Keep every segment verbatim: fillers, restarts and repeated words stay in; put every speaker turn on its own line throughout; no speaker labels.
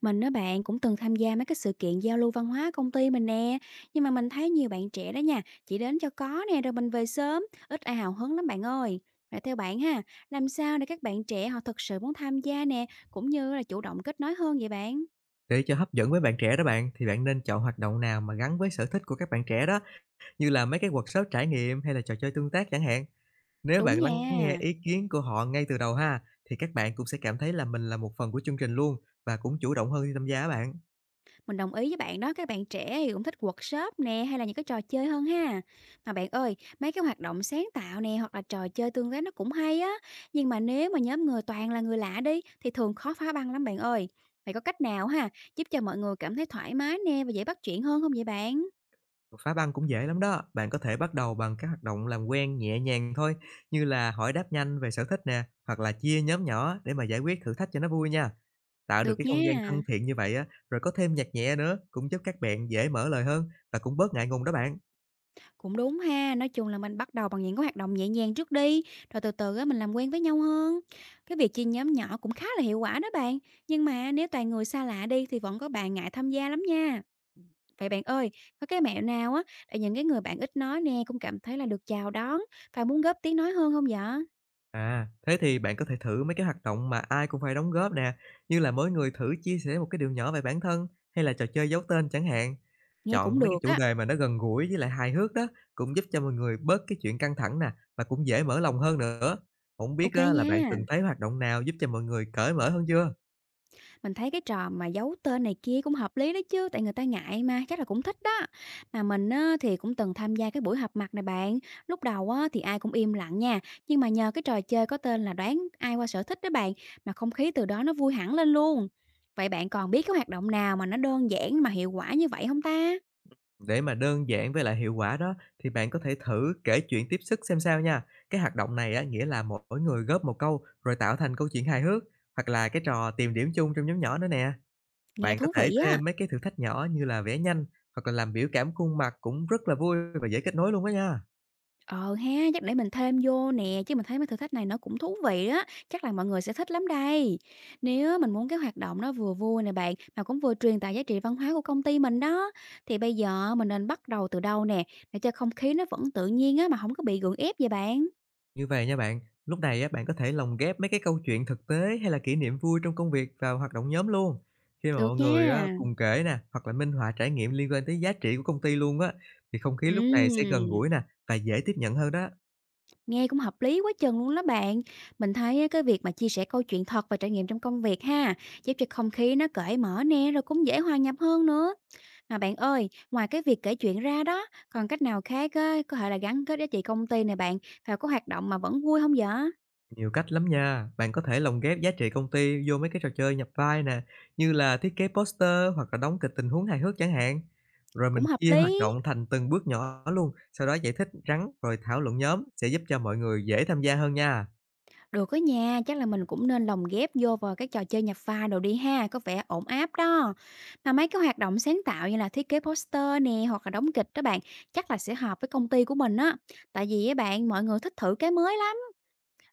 Mình á bạn cũng từng tham gia mấy cái sự kiện giao lưu văn hóa công ty mình nè, nhưng mà mình thấy nhiều bạn trẻ đó nha, chỉ đến cho có nè rồi mình về sớm, ít ai hào hứng lắm bạn ơi. Vậy theo bạn ha, làm sao để các bạn trẻ họ thực sự muốn tham gia nè, cũng như là chủ động kết nối hơn vậy bạn?
Để cho hấp dẫn với bạn trẻ đó bạn, thì bạn nên chọn hoạt động nào mà gắn với sở thích của các bạn trẻ đó, như là mấy cái workshop trải nghiệm hay là trò chơi tương tác chẳng hạn. Nếu
Đúng
bạn lắng nghe
nha.
ý kiến của họ ngay từ đầu ha, thì các bạn cũng sẽ cảm thấy là mình là một phần của chương trình luôn và cũng chủ động hơn khi tham gia á bạn.
Mình đồng ý với bạn đó, các bạn trẻ thì cũng thích workshop nè, hay là những cái trò chơi hơn ha. Mà bạn ơi, mấy cái hoạt động sáng tạo nè hoặc là trò chơi tương tác nó cũng hay á. Nhưng mà nếu mà nhóm người toàn là người lạ đi thì thường khó phá băng lắm bạn ơi. Vậy có cách nào ha, giúp cho mọi người cảm thấy thoải mái nè và dễ bắt chuyện hơn không vậy bạn?
Phá băng cũng dễ lắm đó. Bạn có thể bắt đầu bằng các hoạt động làm quen nhẹ nhàng thôi, như là hỏi đáp nhanh về sở thích nè, hoặc là chia nhóm nhỏ để mà giải quyết thử thách cho nó vui nha. Tạo được cái
Được
không gian thân
nha.
thiện như vậy á, rồi có thêm nhạc nhẹ nữa cũng giúp các bạn dễ mở lời hơn và cũng bớt ngại ngùng đó bạn.
Cũng đúng ha, nói chung là mình bắt đầu bằng những cái hoạt động nhẹ nhàng trước đi, rồi từ từ á mình làm quen với nhau hơn. Cái việc chia nhóm nhỏ cũng khá là hiệu quả đó bạn, nhưng mà nếu toàn người xa lạ đi thì vẫn có bạn ngại tham gia lắm nha. Vậy bạn ơi, có cái mẹo nào á để những cái người bạn ít nói nè cũng cảm thấy là được chào đón và muốn góp tiếng nói hơn không dạ?
À, thế thì bạn có thể thử mấy cái hoạt động mà ai cũng phải đóng góp nè, như là mỗi người thử chia sẻ một cái điều nhỏ về bản thân hay là trò chơi giấu tên chẳng hạn.
Nghe cũng
Chọn mấy cái
được
chủ
á.
đề mà nó gần gũi với lại hài hước đó, cũng giúp cho mọi người bớt cái chuyện căng thẳng nè, và cũng dễ mở lòng hơn nữa. không biết
OK
á là bạn từng
nha.
thấy hoạt động nào giúp cho mọi người cởi mở hơn chưa?
Mình thấy cái trò mà giấu tên này kia cũng hợp lý đó chứ, tại người ta ngại mà, chắc là cũng thích đó. Mà mình á, thì cũng từng tham gia cái buổi họp mặt này bạn, lúc đầu á, thì ai cũng im lặng nha, nhưng mà nhờ cái trò chơi có tên là đoán ai qua sở thích đó bạn, mà không khí từ đó nó vui hẳn lên luôn. Vậy bạn còn biết cái hoạt động nào mà nó đơn giản mà hiệu quả như vậy không ta?
Để mà đơn giản với lại hiệu quả đó, thì bạn có thể thử kể chuyện tiếp sức xem sao nha. Cái hoạt động này á, nghĩa là mỗi người góp một câu, rồi tạo thành câu chuyện hài hước, hoặc là cái trò tìm điểm chung trong nhóm nhỏ nữa nè.
Nghe
Bạn có
thú
thể
vị á.
thêm mấy cái thử thách nhỏ như là vẽ nhanh, hoặc là làm biểu cảm khuôn mặt cũng rất là vui và dễ kết nối luôn đó nha.
Ờ ha, chắc để mình thêm vô nè, chứ mình thấy mấy thử thách này nó cũng thú vị á, chắc là mọi người sẽ thích lắm đây. Nếu mình muốn cái hoạt động nó vừa vui nè bạn, mà cũng vừa truyền tải giá trị văn hóa của công ty mình đó, thì bây giờ mình nên bắt đầu từ đâu nè, để cho không khí nó vẫn tự nhiên á, mà không có bị gượng ép vậy bạn.
Như vậy nha bạn, lúc này á, bạn có thể lồng ghép mấy cái câu chuyện thực tế hay là kỷ niệm vui trong công việc vào hoạt động nhóm luôn. Khi mà
Được
mọi người á,
nha.
cùng kể nè, hoặc là minh họa trải nghiệm liên quan tới giá trị của công ty luôn á, thì không khí lúc này sẽ gần
Ừm.
gũi nè và dễ tiếp nhận hơn đó.
Nghe cũng hợp lý quá chừng luôn đó bạn. Mình thấy á, cái việc mà chia sẻ câu chuyện thật và trải nghiệm trong công việc ha, giúp cho không khí nó cởi mở nè, rồi cũng dễ hòa nhập hơn nữa. Mà bạn ơi, ngoài cái việc kể chuyện ra đó, còn cách nào khác á, có thể là gắn kết giá trị công ty này bạn, vào có hoạt động mà vẫn vui không vậy?
Nhiều cách lắm nha, bạn có thể lồng ghép giá trị công ty vô mấy cái trò chơi nhập vai nè, như là thiết kế poster hoặc là đóng kịch tình huống hài hước chẳng hạn. Rồi mình
Cũng hợp
chia hoạt
lý.
động thành từng bước nhỏ luôn, sau đó giải thích ngắn rồi thảo luận nhóm sẽ giúp cho mọi người dễ tham gia hơn nha.
Được á nha, chắc là mình cũng nên lồng ghép vô vào các trò chơi nhập pha đồ đi ha, có vẻ ổn áp đó. Mà mấy cái hoạt động sáng tạo như là thiết kế poster nè hoặc là đóng kịch đó bạn, chắc là sẽ hợp với công ty của mình á. Tại vì á bạn, mọi người thích thử cái mới lắm.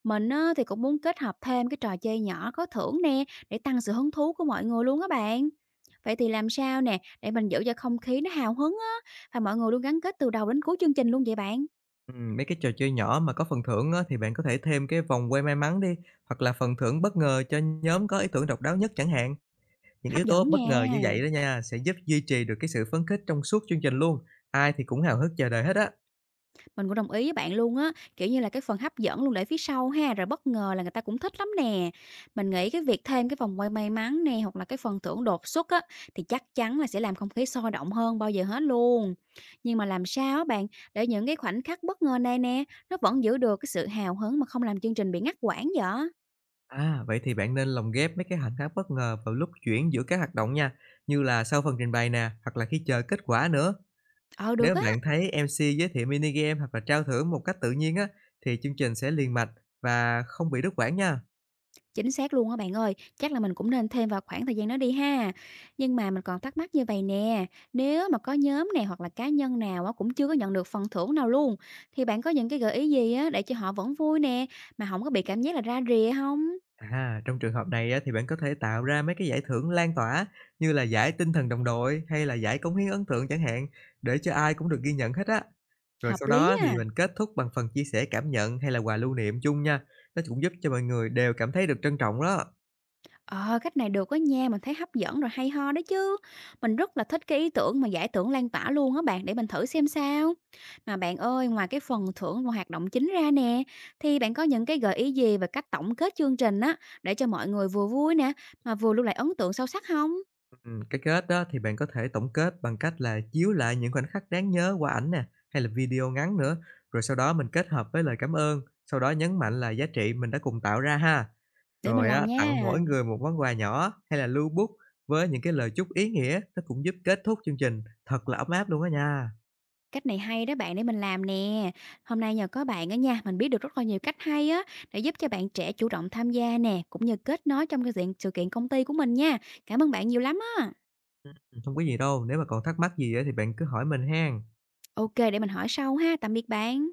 Mình á, thì cũng muốn kết hợp thêm cái trò chơi nhỏ có thưởng nè để tăng sự hứng thú của mọi người luôn á bạn. Vậy thì làm sao nè để mình giữ cho không khí nó hào hứng á và mọi người luôn gắn kết từ đầu đến cuối chương trình luôn vậy bạn.
Ừm, mấy cái trò chơi nhỏ mà có phần thưởng á, thì bạn có thể thêm cái vòng quay may mắn đi, hoặc là phần thưởng bất ngờ cho nhóm có ý tưởng độc đáo nhất chẳng hạn. Những
Hấp
yếu tố
dẫn
bất ngờ
nha.
như vậy đó nha, sẽ giúp duy trì được cái sự phấn khích trong suốt chương trình luôn. Ai thì cũng hào hức chờ đợi hết á.
Mình cũng đồng ý với bạn luôn á, kiểu như là, cái phần hấp dẫn luôn để phía sau ha, rồi bất ngờ là người ta cũng thích lắm nè. Mình nghĩ cái việc thêm cái vòng quay may mắn nè, hoặc là cái phần thưởng đột xuất á, thì chắc chắn là sẽ làm không khí sôi động hơn bao giờ hết luôn. Nhưng mà làm sao á bạn, để những cái khoảnh khắc bất ngờ này nè, nó vẫn giữ được cái sự hào hứng mà không làm chương trình bị ngắt quãng vậy?
À, vậy thì bạn nên lồng ghép mấy cái khoảnh khắc bất ngờ vào lúc chuyển giữa các hoạt động nha, như là sau phần trình bày nè, hoặc là khi chờ kết quả nữa.
Ờ, được
Nếu
á.
bạn thấy em MC giới thiệu mini game hoặc là trao thưởng một cách tự nhiên á, thì chương trình sẽ liền mạch và không bị đứt quãng nha.
Chính xác luôn á bạn ơi, chắc là mình cũng nên thêm vào khoảng thời gian đó đi ha. Nhưng mà mình còn thắc mắc như vậy nè, nếu mà có nhóm này hoặc là cá nhân nào á cũng chưa có nhận được phần thưởng nào luôn, thì bạn có những cái gợi ý gì á để cho họ vẫn vui nè, mà không có bị cảm giác là ra rìa không.
À, trong trường hợp này á, thì bạn có thể tạo ra mấy cái giải thưởng lan tỏa như là giải tinh thần đồng đội hay là giải cống hiến ấn tượng chẳng hạn để cho ai cũng được ghi nhận hết á. Rồi sau
Hợp lý
đó
à.
thì mình kết thúc bằng phần chia sẻ cảm nhận hay là quà lưu niệm chung nha. Nó cũng giúp cho mọi người đều cảm thấy được trân trọng đó.
Ờ, cách này được á nha, mình thấy hấp dẫn rồi hay ho đó chứ. Mình rất là thích cái ý tưởng mà giải thưởng lan tỏa luôn á bạn, để mình thử xem sao. Mà bạn ơi, ngoài cái phần thưởng và hoạt động chính ra nè, thì bạn có những cái gợi ý gì về cách tổng kết chương trình á, để cho mọi người vừa vui nè, mà vừa lưu lại ấn tượng sâu sắc không?
Ừ, cái kết đó thì bạn có thể tổng kết bằng cách là chiếu lại những khoảnh khắc đáng nhớ qua ảnh nè hay là video ngắn nữa. Rồi sau đó mình kết hợp với lời cảm ơn, sau đó nhấn mạnh là giá trị mình đã cùng tạo ra ha.
Để mình
Rồi
làm
á, tặng
nha.
mỗi người một món quà nhỏ hay là lưu bút với những cái lời chúc ý nghĩa, nó cũng giúp kết thúc chương trình thật là ấm áp luôn á nha.
Cách này hay đó bạn, để mình làm nè. Hôm nay nhờ có bạn á nha, mình biết được rất là nhiều cách hay á, để giúp cho bạn trẻ chủ động tham gia nè, cũng như kết nối trong cái diện sự kiện công ty của mình nha. Cảm ơn bạn nhiều lắm á.
không có gì đâu, nếu mà còn thắc mắc gì á thì bạn cứ hỏi mình hen.
OK để mình hỏi sau ha. Tạm biệt bạn.